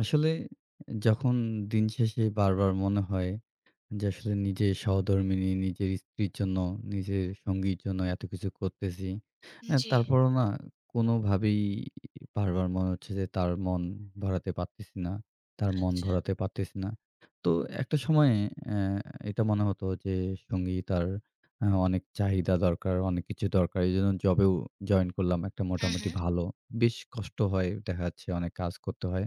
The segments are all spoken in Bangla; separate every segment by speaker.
Speaker 1: আসলে যখন দিন শেষে বারবার মনে হয় যে আসলে নিজের সহধর্মিণী, নিজের স্ত্রীর জন্য, নিজের সঙ্গীর জন্য এত কিছু করতেছি।
Speaker 2: জি,
Speaker 1: তারপরও না কোনোভাবেই বারবার মনে হচ্ছে যে তার মন ভরাতে পারতেছি না, তার মন
Speaker 2: আচ্ছা।
Speaker 1: ভরাতে পারতেছি না। তো একটা সময়ে অ্যা এটা মনে হতো যে সঙ্গী তার অনেক চাহিদা দরকার, অনেক কিছু দরকার। এজন্য জবেও জয়েন করলাম একটা
Speaker 2: হুম,
Speaker 1: মোটামুটি
Speaker 2: হুম।
Speaker 1: ভালো। বেশ কষ্ট হয় দেখা যাচ্ছে অনেক কাজ করতে হয়।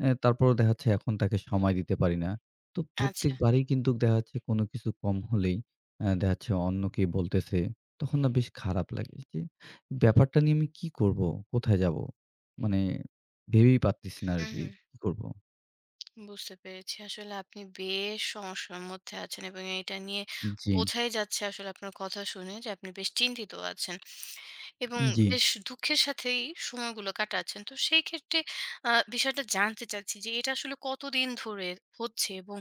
Speaker 1: তারপরও দেখা যাচ্ছে এখন তাকে সময় দিতে পারি না। তো
Speaker 2: আচ্ছা।
Speaker 1: প্রত্যেকবারেই কিন্তু দেখা যাচ্ছে কোনো কিছু কম হলেই দেখা যাচ্ছে অন্য কেউ বলতেছে। তখন না বেশ খারাপ লাগে যে ব্যাপারটা নিয়ে আমি কি করব? কোথায় যাব? মানে ভেবেই পারতেছি না
Speaker 2: হুম,
Speaker 1: আরকি
Speaker 2: হুম।
Speaker 1: কি করব?
Speaker 2: বুঝতে পেরেছি। আসলে আপনি বেশ সমস্যার মধ্যে আছেন এবং এটা নিয়ে
Speaker 1: জি,
Speaker 2: বোঝাই যাচ্ছে আসলে আপনার কথা শুনে যে আপনি বেশ চিন্তিত আছেন এবং
Speaker 1: জি।
Speaker 2: বেশ দুঃখের সাথেই সময়গুলো কাটাচ্ছেন। তো সেই ক্ষেত্রে বিষয়টা জানতে চাচ্ছি যে এটা আসলে কতদিন ধরে হচ্ছে এবং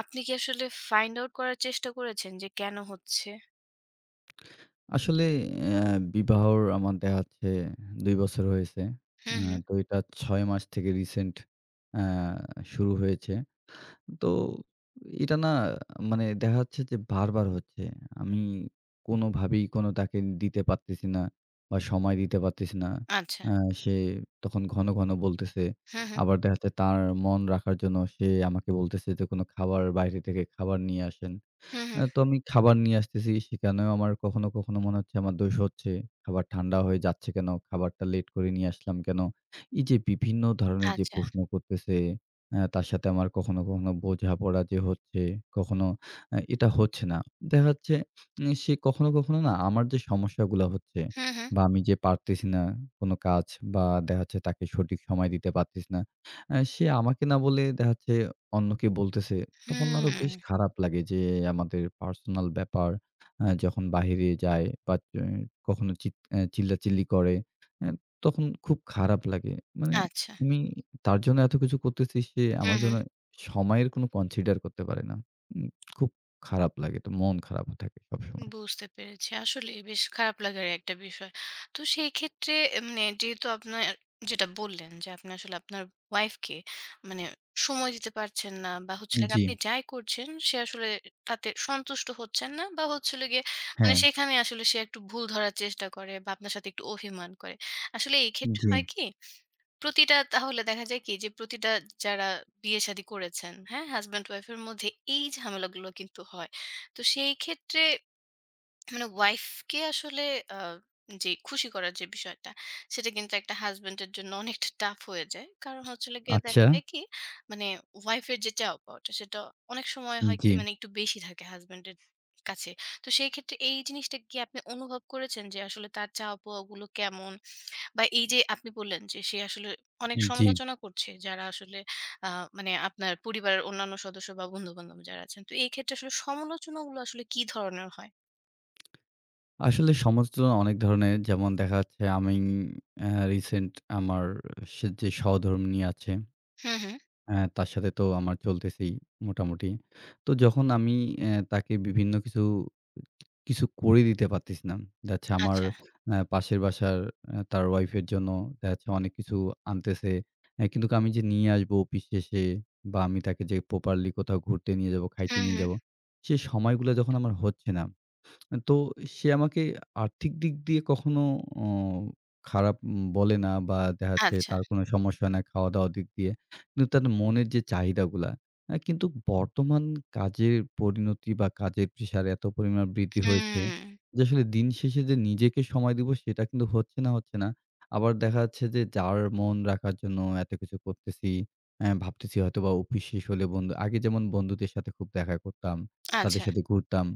Speaker 2: আপনি কি আসলে ফাইন্ড আউট করার চেষ্টা করেছেন যে কেন হচ্ছে?
Speaker 1: আসলে অ্যা বিবাহর আমার দেখা যাচ্ছে ২ বছর হয়েছে।
Speaker 2: হুম, হুম।
Speaker 1: তো এটা ৬ মাস থেকে রিসেন্ট অ্যা শুরু হয়েছে। তো এটা না মানে দেখা যাচ্ছে যে বারবার হচ্ছে। আমি কোনোভাবেই কোনো তাকে দিতে পারতেছি না বা সময় দিতে পারতেছি না।
Speaker 2: আচ্ছা।
Speaker 1: আ সে তখন ঘন, ঘন বলতেছে।
Speaker 2: হুম, হুম।
Speaker 1: আবার দেখা যাচ্ছে তার মন রাখার জন্য সে আমাকে বলতেছে যে কোনো খাবার বাইরে থেকে খাবার নিয়ে আসেন।
Speaker 2: হুম, হুম।
Speaker 1: তো আমি খাবার নিয়ে আসতেছি। সেখানেও আমার কখনো, কখনো মনে হচ্ছে আমার দোষ হচ্ছে। খাবার ঠান্ডা হয়ে যাচ্ছে কেন? খাবারটা লেট করে নিয়ে আসলাম কেন? এই যে বিভিন্ন ধরনের যে
Speaker 2: আচ্ছা।
Speaker 1: প্রশ্ন করতেছে, তার সাথে আমার কখনো, কখনো বোঝাপড়া যে হচ্ছে, কখনো এটা হচ্ছে না। দেখা যাচ্ছে সে কখনো, কখনো না আমার যে সমস্যাগুলা হচ্ছে
Speaker 2: হুম, হুম।
Speaker 1: বা আমি যে পারতেছি না কোনো কাজ বা দেখা যাচ্ছে তাকে সঠিক সময় দিতে পারতেছি না। সে আমাকে না বলে দেখা যাচ্ছে অন্যকে বলতেছে, তখন আরো
Speaker 2: হুম।
Speaker 1: বেশ খারাপ লাগে যে আমাদের পার্সোনাল ব্যাপার যখন বাহিরে যায় বা কখনো চিৎ চিল্লাচিল্লি করে, এ তখন খুব খারাপ লাগে। মানে
Speaker 2: আচ্ছা।
Speaker 1: আমি তার জন্য এত কিছু করতেছি, সে
Speaker 2: হুম,
Speaker 1: আমার
Speaker 2: হুম।
Speaker 1: জন্য সময়ের কোনো কনসিডার করতে পারে না। উম খুব খারাপ লাগে। তো মন খারাপ থাকে সবসময়।
Speaker 2: বুঝতে পেরেছি। আসলেই বেশ খারাপ লাগার একটা বিষয়। তো সেই ক্ষেত্রে এ মানে যেহেতু আপনার যেটা বললেন যে, আপনি আসলে আপনার ওয়াইফকে মানে সময় দিতে পারছেন না বা হচ্ছে হলো গিয়ে
Speaker 1: জি,
Speaker 2: আপনি যাই করছেন সে আসলে তাতে সন্তুষ্ট হচ্ছেন না বা হচ্ছে হলো গিয়ে মানে
Speaker 1: হ্যাঁ,
Speaker 2: সেখানে আসলে সে একটু ভুল ধরার চেষ্টা করে বা আপনার সাথে একটু অভিমান করে। আসলে এই ক্ষেত্রে
Speaker 1: জি।
Speaker 2: হয় কি? প্রতিটা তাহলে দেখা যায় কি যে, প্রতিটা যারা বিয়ে-শাদী করেছেন, হ্যাঁ? হাসব্যান্ড ওয়াইফ এর মধ্যে এই ঝামেলাগুলো কিন্তু হয়। তো সেই ক্ষেত্রে মানে ওয়াইফকে আসলে আ যে খুশি করার যে বিষয়টা, সেটা কিন্তু একটা হাসব্যান্ডের জন্য অনেকটা টাফ হয়ে যায়। কারণ হচ্ছিল গিয়ে
Speaker 1: আচ্ছা,
Speaker 2: দেখা যায় কি, মানে ওয়াইফের যে চাওয়া-পাওয়াটা, সেটা অনেক সময় হয় কি
Speaker 1: জি,
Speaker 2: মানে একটু বেশি থাকে হাসব্যান্ডের কাছে। তো সেই ক্ষেত্রে এই জিনিসটা কি আপনি অনুভব করেছেন যে আসলে তার চাওয়া-পাওয়াগুলো কেমন? বা এই যে আপনি বললেন যে সে আসলে অনেক
Speaker 1: জি।
Speaker 2: সমালোচনা করছে যারা আসলে আ মানে আপনার পরিবারের অন্যান্য সদস্য বা বন্ধু-বান্ধব যারা আছেন। তো এই ক্ষেত্রে আসলে সমালোচনাগুলো আসলে কি ধরনের হয়?
Speaker 1: আসলে সমালোচনা অনেক ধরনের। যেমন দেখা যাচ্ছে আমি রিসেন্ট আমার সে যে সহধর্মিণী আছে,
Speaker 2: হু, হু।
Speaker 1: তার সাথে তো আমার চলতেছেই মোটামুটি। তো যখন আমি তাকে বিভিন্ন কিছু, কিছু করে দিতে পারতেছি না। দেখা যাচ্ছে আমার
Speaker 2: আচ্ছা।
Speaker 1: পাশের বাসার তার ওয়াইফের জন্য দেখা যাচ্ছে অনেক কিছু আনতেছে। কিন্তু আমি যে নিয়ে আসবো অফিস শেষে বা আমি তাকে যে প্রপারলি কোথাও ঘুরতে নিয়ে যাবো, খাইতে
Speaker 2: হুম,
Speaker 1: নিয়ে
Speaker 2: হুম।
Speaker 1: যাবো, সে সময়গুলা যখন আমার হচ্ছে না। তো সে আমাকে আর্থিক দিক দিয়ে কখনো অ খারাপ বলে না বা দেখা যাচ্ছে
Speaker 2: আচ্ছা।
Speaker 1: তার কোনো সমস্যা হয় না খাওয়া-দাওয়ার দিক দিয়ে। কিন্তু তার মনের যে চাহিদাগুলা, কিন্তু বর্তমান কাজের পরিণতি বা কাজের প্রেশার এত পরিমাণ বৃদ্ধি হয়েছে
Speaker 2: হুম।
Speaker 1: যে আসলে দিন শেষে যে নিজেকে সময় দিব সেটা কিন্তু হচ্ছে না, হচ্ছে না। আবার দেখা যাচ্ছে যে যার মন রাখার জন্য এত কিছু করতেছি, ভাবতেছি হয়তোবা অফিস শেষ হলে আগে যেমন বন্ধুদের সাথে খুব দেখা করতাম, তাদের
Speaker 2: আচ্ছা।
Speaker 1: সাথে ঘুরতাম।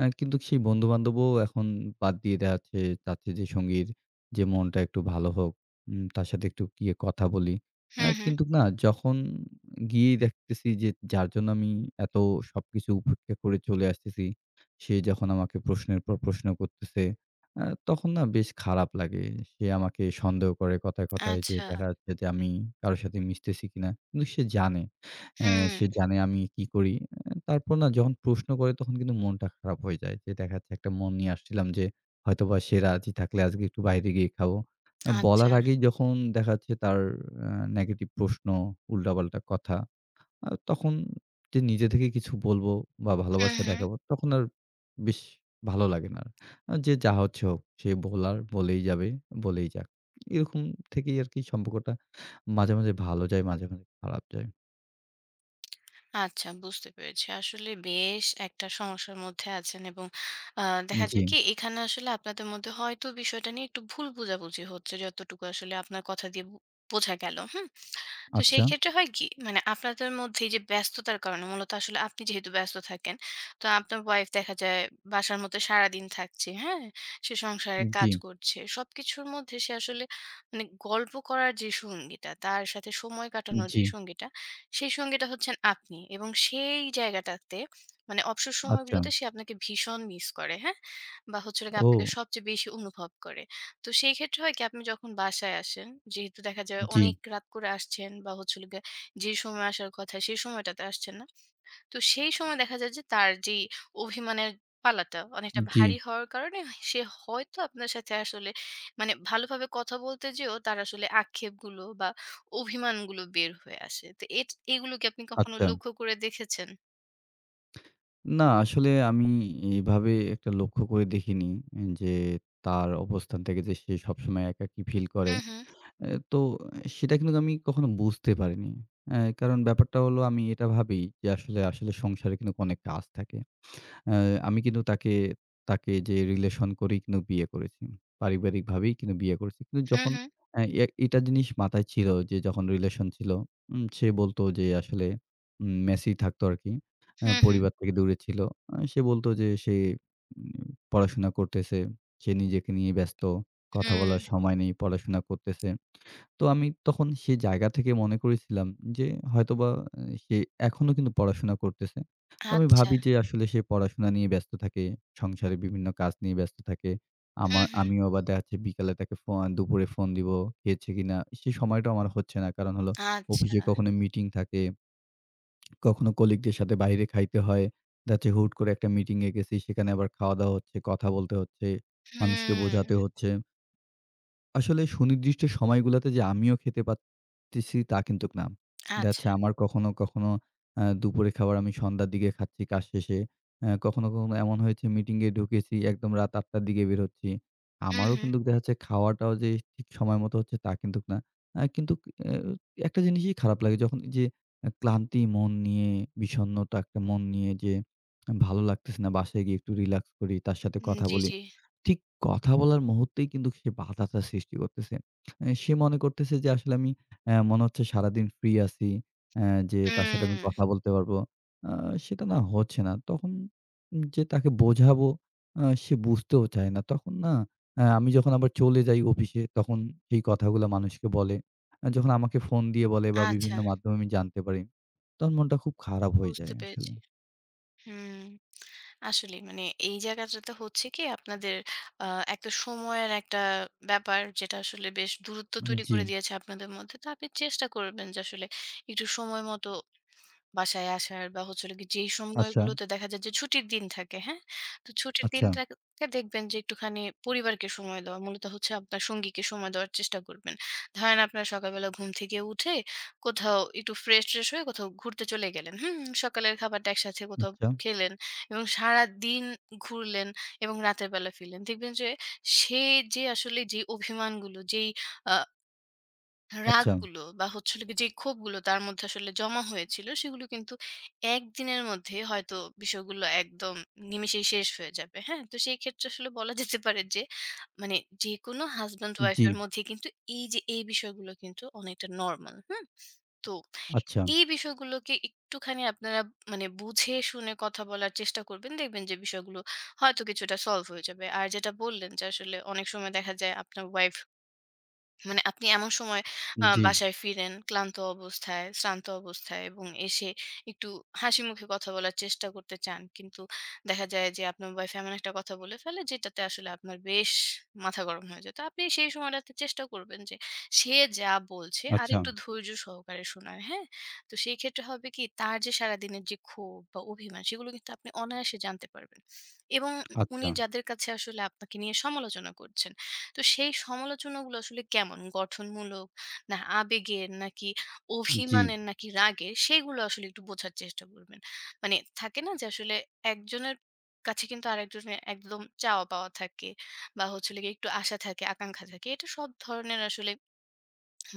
Speaker 1: কিন্তু সেই বন্ধু-বান্ধবও এখন বাদ দিয়ে দেখাচ্ছে চাচ্ছে যে সঙ্গীর যে মনটা একটু ভালো হোক, তার সাথে একটু গিয়ে কথা বলি।
Speaker 2: হুম, হুম।
Speaker 1: কিন্তু না যখন গিয়েই দেখতেছি যে যার জন্য আমি এত সবকিছু উপেক্ষা করে চলে আসতেছি, সে যখন আমাকে প্রশ্নের পর প্রশ্ন করতেছে, আ তখন না বেশ খারাপ লাগে। সে আমাকে সন্দেহ করে কথায়, কথায় যে
Speaker 2: আচ্ছা।
Speaker 1: দেখা যাচ্ছে যে আমি কারো সাথে মিশতেছি কিনা। কিন্তু সে জানে। অ্যা সে
Speaker 2: হুম।
Speaker 1: জানে আমি কি করি। তারপর না যখন প্রশ্ন করে তখন কিন্তু মনটা খারাপ হয়ে যায়। যে দেখা যাচ্ছে একটা মন নিয়ে আসছিলাম যে হয়তোবা সে রাজি থাকলে আজকে একটু বাইরে গিয়ে খাবো। বলার
Speaker 2: আচ্ছা।
Speaker 1: আগেই যখন দেখা যাচ্ছে তার আ নেগেটিভ প্রশ্ন, উল্টাপাল্টা কথা, তখন যে নিজে থেকে কিছু বলবো বা
Speaker 2: হুম,
Speaker 1: ভালোবাসা
Speaker 2: হুম।
Speaker 1: দেখাবো তখন আর বেশ ভালো লাগে না আর। যে যা হচ্ছে হোক সে বলার বলেই যাবে, বলেই যাক। এরকম থেকেই আরকি সম্পর্কটা মাঝে, মাঝে ভালো যায়, মাঝে, মাঝে খারাপ যায়।
Speaker 2: আচ্ছা বুঝতে পেরেছি। আসলে বেশ একটা সমস্যার মধ্যে আছেন এবং আ দেখা
Speaker 1: জি,
Speaker 2: যায় কি এখানে আসলে আপনাদের মধ্যে হয়তো বিষয়টা নিয়ে একটু ভুল বোঝাবুঝি হচ্ছে যতটুকু আসলে আপনার কথা দিয়ে বোঝা গেল। হুম? তো সেই
Speaker 1: আচ্ছা।
Speaker 2: ক্ষেত্রে হয় কি মানে আপনাদের মধ্যে এই যে ব্যস্ততার কারণে মূলত আসলে আপনি যেহেতু ব্যস্ত থাকেন তো আপনার ওয়াইফ দেখা যায় বাসার মধ্যে সারাদিন থাকছে, হ্যাঁ? সে সংসারের
Speaker 1: জি,
Speaker 2: কাজ করছে। সবকিছুর মধ্যে সে আসলে মানে গল্প করার যে সঙ্গীটা, তার সাথে সময় কাটানোর
Speaker 1: জি।
Speaker 2: যে সঙ্গীটা সেই সঙ্গীটা হচ্ছেন আপনি এবং সেই জায়গাটাতে মানে অবসর
Speaker 1: আচ্ছা।
Speaker 2: সময়গুলোতে সে আপনাকে ভীষণ মিস করে, হ্যাঁ? বা হচ্ছে হলো গিয়ে আপনাকে
Speaker 1: ও!
Speaker 2: সবচেয়ে বেশি অনুভব করে। তো সেই ক্ষেত্রে হয় কি আপনি যখন বাসায় আসেন, যেহেতু দেখা যায়
Speaker 1: জি,
Speaker 2: অনেক রাত করে আসছেন বা হচ্ছে হলো গিয়ে যে সময় আসার কথা সেই সময়টাতে আসছেন না। তো সেই সময় দেখা যায় যে তার যেই অভিমানের পালাটা অনেকটা
Speaker 1: জি,
Speaker 2: ভারী হওয়ার কারণে সে হয়তো আপনার সাথে আসলে মানে ভালোভাবে কথা বলতে যেও তার আসলে আক্ষেপগুলো বা অভিমানগুলো বের হয়ে আসে। তো এগুলো কি আপনি কখনো
Speaker 1: আচ্ছা।
Speaker 2: লক্ষ্য করে দেখেছেন?
Speaker 1: না আসলে আমি এভাবে একটা লক্ষ্য করে দেখিনি যে তার অবস্থান থেকে যে সে সবসময় একাকী ফিল করে।
Speaker 2: হুম, হুম।
Speaker 1: তো সেটা কিন্তু আমি কখনো বুঝতে পারিনি। কারণ ব্যাপারটা হলো আমি এটা ভাবি যে আসলে, আসলে সংসারে কিন্তু অনেক কাজ থাকে। আ আমি কিন্তু তাকে তাকে যে রিলেশন করেই কিন্তু বিয়ে করেছি। পারিবারিকভাবেই কিন্তু বিয়ে করেছি। কিন্তু
Speaker 2: হুম,
Speaker 1: যখন
Speaker 2: হুম।
Speaker 1: অ্যা এ এটা জিনিস মাথায় ছিল যে যখন রিলেশন ছিল, সে বলতো যে আসলে মেসেই থাকতো আরকি।
Speaker 2: হুম, হুম।
Speaker 1: পরিবার থেকে দূরে ছিল। সে বলতো যে সে উম পড়াশোনা করতেছে। সে নিজেকে নিয়ে ব্যস্ত। কথা বলার
Speaker 2: হুম।
Speaker 1: সময় নেই, পড়াশোনা করতেছে। তো আমি তখন সে জায়গা থেকে মনে করেছিলাম যে হয়তোবা সে এখনো কিন্তু পড়াশোনা করতেছে। তো আমি
Speaker 2: আচ্ছা।
Speaker 1: ভাবি যে আসলে সে পড়াশোনা নিয়ে ব্যস্ত থাকে, সংসারে বিভিন্ন কাজ নিয়ে ব্যস্ত থাকে।
Speaker 2: হুম, হুম।
Speaker 1: আমিও আবার দেখা যাচ্ছে বিকালে তাকে ফো দুপুরে ফোন দিব, খেয়েছে কিনা? সেই সময়টাও আমার হচ্ছে না। কারণ হলো
Speaker 2: আচ্ছা।
Speaker 1: অফিসে কখনো মিটিং থাকে, কখনো কলিগদের সাথে বাইরে খাইতে হয়। দেখা যাচ্ছে হুট করে একটা মিটিং এ গেছি, সেখানে আবার খাওয়া-দাওয়া হচ্ছে, কথা বলতে হচ্ছে, মানুষকে বোঝাতে
Speaker 2: হুম।
Speaker 1: হচ্ছে। আসলে সুনির্দিষ্ট সময়গুলাতে যে আমিও খেতে পারতেছি তা কিন্তুক না। দেখা
Speaker 2: আচ্ছা।
Speaker 1: যাচ্ছে আমার কখনো, কখনো দুপুরে খাবার আমি সন্ধ্যার দিকে খাচ্ছি কাজ শেষে। কখনো, কখনো এমন হয়েছে মিটিংয়ে ঢুকেছি একদম রাত ৮:০০ র দিকে বের হচ্ছি।
Speaker 2: হুম,
Speaker 1: আমারও
Speaker 2: হুম।
Speaker 1: কিন্তুক দেখা যাচ্ছে খাওয়াটাও যে ঠিক সময় মতো হচ্ছে তা কিন্তুক না। কিন্তুক অ্যা একটা জিনিসই খারাপ লাগে যখন এইযে ক্লান্তি মন নিয়ে বিষণ্ণতা একটা মন নিয়ে যে ভালো লাগতেছে না বাসায় গিয়ে একটু রিল্যাক্স করি, তার সাথে
Speaker 2: উম
Speaker 1: কথা
Speaker 2: জি,
Speaker 1: বলি।
Speaker 2: জি।
Speaker 1: ঠিক কথা বলার মুহূর্তেই কিন্তু সে বাধাটা সৃষ্টি করতেছে। সে মনে করতেছে যে আসলে আমি মনে হচ্ছে সারাদিন ফ্রি আছি। অ্যা যে তার সাথে
Speaker 2: হুম।
Speaker 1: আমি কথা বলতে পারবো। আ সেটা না হচ্ছে না। তখন যে তাকে বোঝাবো সে বুঝতেও চায় না। তখন না আমি যখন আবার চলে যাই অফিসে তখন সেই কথাগুলো মানুষকে বলে। যখন আমাকে ফোন দিয়ে বলে বা
Speaker 2: আচ্ছা।
Speaker 1: বিভিন্ন মাধ্যমে আমি জানতে পারি, তখন মনটা খুব খারাপ হয়ে
Speaker 2: বুঝতে
Speaker 1: যায় আসলে।
Speaker 2: পেরেছি। হুম। আসলে মানে এই জায়গাটাতে হচ্ছে কি আপনাদের আ একটা সময়ের একটা ব্যাপার যেটা আসলে বেশ দূরত্ব তৈরি
Speaker 1: জি।
Speaker 2: করে দিয়েছে আপনাদের মধ্যে। তো আপনি চেষ্টা করবেন যে আসলে একটু সময় মতো বাসায় আসার বা হচ্ছে হলো গিয়ে যেই
Speaker 1: আচ্ছা,
Speaker 2: সময়গুলোতে দেখা যায় যে ছুটির দিন থাকে, হ্যাঁ? তো ছুটির
Speaker 1: আচ্ছা,
Speaker 2: দিনটাকে দেখবেন যে একটুখানি পরিবারকে সময় দেওয়া। মূলত হচ্ছে আপনার সঙ্গীকে সময় দেওয়ার চেষ্টা করবেন। ধরেন আপনার সকালবেলা ঘুম থেকে উঠে কোথাও একটু ফ্রেশ-ট্রেশ হয়ে কোথাও ঘুরতে চলে গেলেন, হুম? সকালের খাবারটা একসাথে কোথাও
Speaker 1: আচ্ছা,
Speaker 2: খেলেন এবং সারাদিন ঘুরলেন এবং রাতের বেলা ফিরলেন। দেখবেন যে সে যে আসলে যে অভিমানগুলো যেই আ
Speaker 1: আচ্ছা।
Speaker 2: রাগগুলো বা হচ্ছে হলো গিয়ে যে ক্ষোভগুলো তার মধ্যে আসলে জমা হয়েছিল সেগুলো কিন্তু একদিনের মধ্যে হয়তো বিষয়গুলো একদম নিমেষেই শেষ হয়ে যাবে। হ্যাঁ? তো সেই ক্ষেত্রে আসলে বলা যেতে পারে যে মানে যেকোনো হাসব্যান্ড ওয়াইফ
Speaker 1: জি,
Speaker 2: এর মধ্যে কিন্তু এই যে এই বিষয়গুলো কিন্তু অনেকটা নরমাল। হুম? তো
Speaker 1: আচ্ছা।
Speaker 2: এই বিষয়গুলোকে একটুখানি আপনারা মানে বুঝে শুনে কথা বলার চেষ্টা করবেন। দেখবেন যে বিষয়গুলো হয়তো কিছুটা সলভ হয়ে যাবে। আর যেটা বললেন যে আসলে অনেক সময় দেখা যায় আপনার ওয়াইফ মানে আপনি এমন সময়
Speaker 1: জি,
Speaker 2: বাসায় ফিরেন ক্লান্ত অবস্থায়, শ্রান্ত অবস্থায় এবং এসে একটু হাসি মুখে কথা বলার চেষ্টা করতে চান। কিন্তু দেখা যায় যে আপনার ওয়াইফ এমন একটা কথা বলে ফেলে যেটাতে আসলে আপনার বেশ মাথা গরম হয়ে যায়। তো আপনি সেই সময়টাতে চেষ্টা করবেন যে সে যা বলছে
Speaker 1: আচ্ছা,
Speaker 2: আরেকটু ধৈর্য সহকারে শোনার, হ্যাঁ? তো সেই ক্ষেত্রে হবে কি তার যে সারাদিনের যে ক্ষোভ বা অভিমান সেগুলো কিন্তু আপনি অনায়াসে জানতে পারবেন। এবং উনি
Speaker 1: আচ্ছা,
Speaker 2: যাদের কাছে আসলে আপনাকে নিয়ে সমালোচনা করছেন তো সেই সমালোচনাগুলো আসলে কেমন? গঠনমূলক, না আবেগের, নাকি
Speaker 1: জি,
Speaker 2: অভিমানের, নাকি রাগের? সেগুলো আসলে একটু বোঝার চেষ্টা করবেন। মানে থাকে না যে আসলে একজনের কাছে কিন্তু আরেকজনের একদম চাওয়া পাওয়া থাকে বা হচ্ছে হলো গিয়ে একটু আশা থাকে, আকাঙ্খা থাকে। এটা সব ধরনের আসলে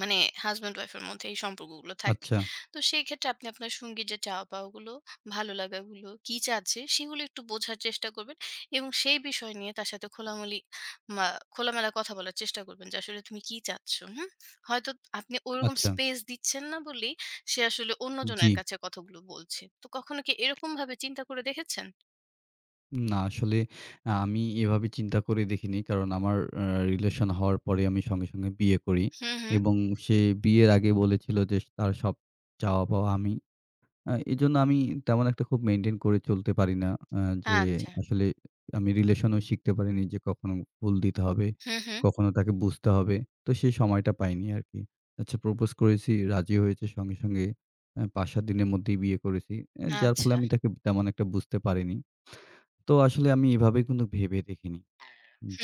Speaker 2: মানে হাসব্যান্ড ওয়াইফের মধ্যে এই সম্পর্কগুলো থাকে।
Speaker 1: আচ্ছা,
Speaker 2: তো সেই ক্ষেত্রে আপনি আপনার সঙ্গীর যে চাওয়া পাওয়াগুলো, ভালো লাগাগুলো, কি চাচ্ছে সেগুলো একটু বোঝার চেষ্টা করবেন এবং সেই বিষয় নিয়ে তার সাথে খোলামলি মা খোলামেলা কথা বলার চেষ্টা করবেন যে আসলে তুমি কি চাচ্ছ, হুম? হয়তো আপনি ওরকম
Speaker 1: আচ্ছা,
Speaker 2: স্পেস দিচ্ছেন না বলেই সে আসলে
Speaker 1: জি।
Speaker 2: অন্যজনের কাছে কথাগুলো বলছে। তো কখনো কি এরকমভাবে চিন্তা করে দেখেছেন?
Speaker 1: না আসলে আমি এভাবে চিন্তা করে দেখিনি। কারণ আমার রিলেশন হওয়ার পরে আমি সঙ্গে, সঙ্গে বিয়ে করি
Speaker 2: হুম, হুম।
Speaker 1: এবং সে বিয়ের আগে বলেছিল যে, "তার সব চাওয়া-পাওয়া আমি।" এজন্য আমি তেমন একটা খুব মেইনটেইন করে চলতে পারি না। আ যে
Speaker 2: আচ্ছা।
Speaker 1: আসলে আমি রিলেশনেও শিখতে পারিনি যে কখনো ফুল দিতে হবে,
Speaker 2: হুম, হুম।
Speaker 1: কখনো তাকে বুঝতে হবে। তো সেই সময়টা পাইনি আরকি। আচ্ছা প্রপোজ করেছি, রাজি হয়েছে সঙ্গে, সঙ্গে ৫-৭ দিনের মধ্যেই বিয়ে করেছি। যার ফলে
Speaker 2: আচ্ছা।
Speaker 1: আমি তাকে তেমন একটা বুঝতে পারিনি। তো আসলে আমি এভাবে কিন্তু ভেবে দেখিনি।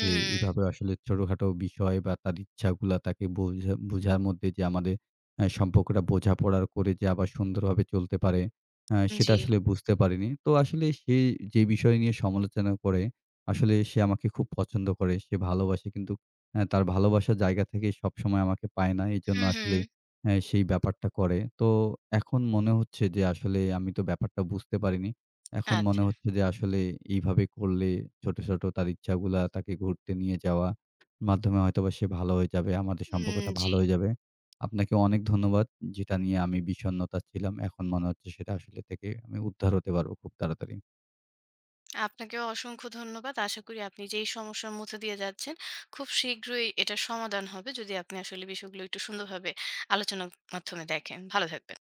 Speaker 1: যে এভাবে আসলে ছোটখাটো বিষয় বা তার ইচ্ছাগুলা তাকে বোঝা বুঝার মধ্যে যে আমাদের সম্পর্কটা বোঝাপড়ার করে যে আবার সুন্দরভাবে চলতে পারে, সেটা
Speaker 2: জি।
Speaker 1: আসলে বুঝতে পারিনি। তো আসলে সে যে বিষয় নিয়ে সমালোচনা করে, আসলে সে আমাকে খুব পছন্দ করে, সে ভালোবাসে। কিন্তু তার ভালোবাসার জায়গা থেকে সবসময় আমাকে পায় না। এজন্য
Speaker 2: হুম,
Speaker 1: আসলে
Speaker 2: হুম।
Speaker 1: সেই ব্যাপারটা করে। তো এখন মনে হচ্ছে যে আসলে আমি তো ব্যাপারটা বুঝতে পারিনি। এখন
Speaker 2: আচ্ছা।
Speaker 1: মনে হচ্ছে যে আসলে এইভাবে করলে ছোট, ছোট তার ইচ্ছাগুলা তাকে ঘুরতে নিয়ে যাওয়া মাধ্যমে হয়তোবা সে ভালো হয়ে যাবে। আমাদের
Speaker 2: উম
Speaker 1: সম্পর্কটা
Speaker 2: জি।
Speaker 1: ভালো হয়ে যাবে। আপনাকে অনেক ধন্যবাদ। যেটা নিয়ে আমি বিষণ্ণতা ছিলাম। এখন মনে হচ্ছে সেটা আসলে থেকে আমি উদ্ধার হতে পারবো খুব তাড়াতাড়ি।
Speaker 2: আপনাকেও অসংখ্য ধন্যবাদ। আশা করি আপনি যেই সমস্যার মধ্য দিয়ে যাচ্ছেন, খুব শীঘ্রই এটার সমাধান হবে যদি আপনি আসলে বিষয়গুলো একটু সুন্দরভাবে আলোচনার মাধ্যমে দেখেন। ভালো থাকবেন।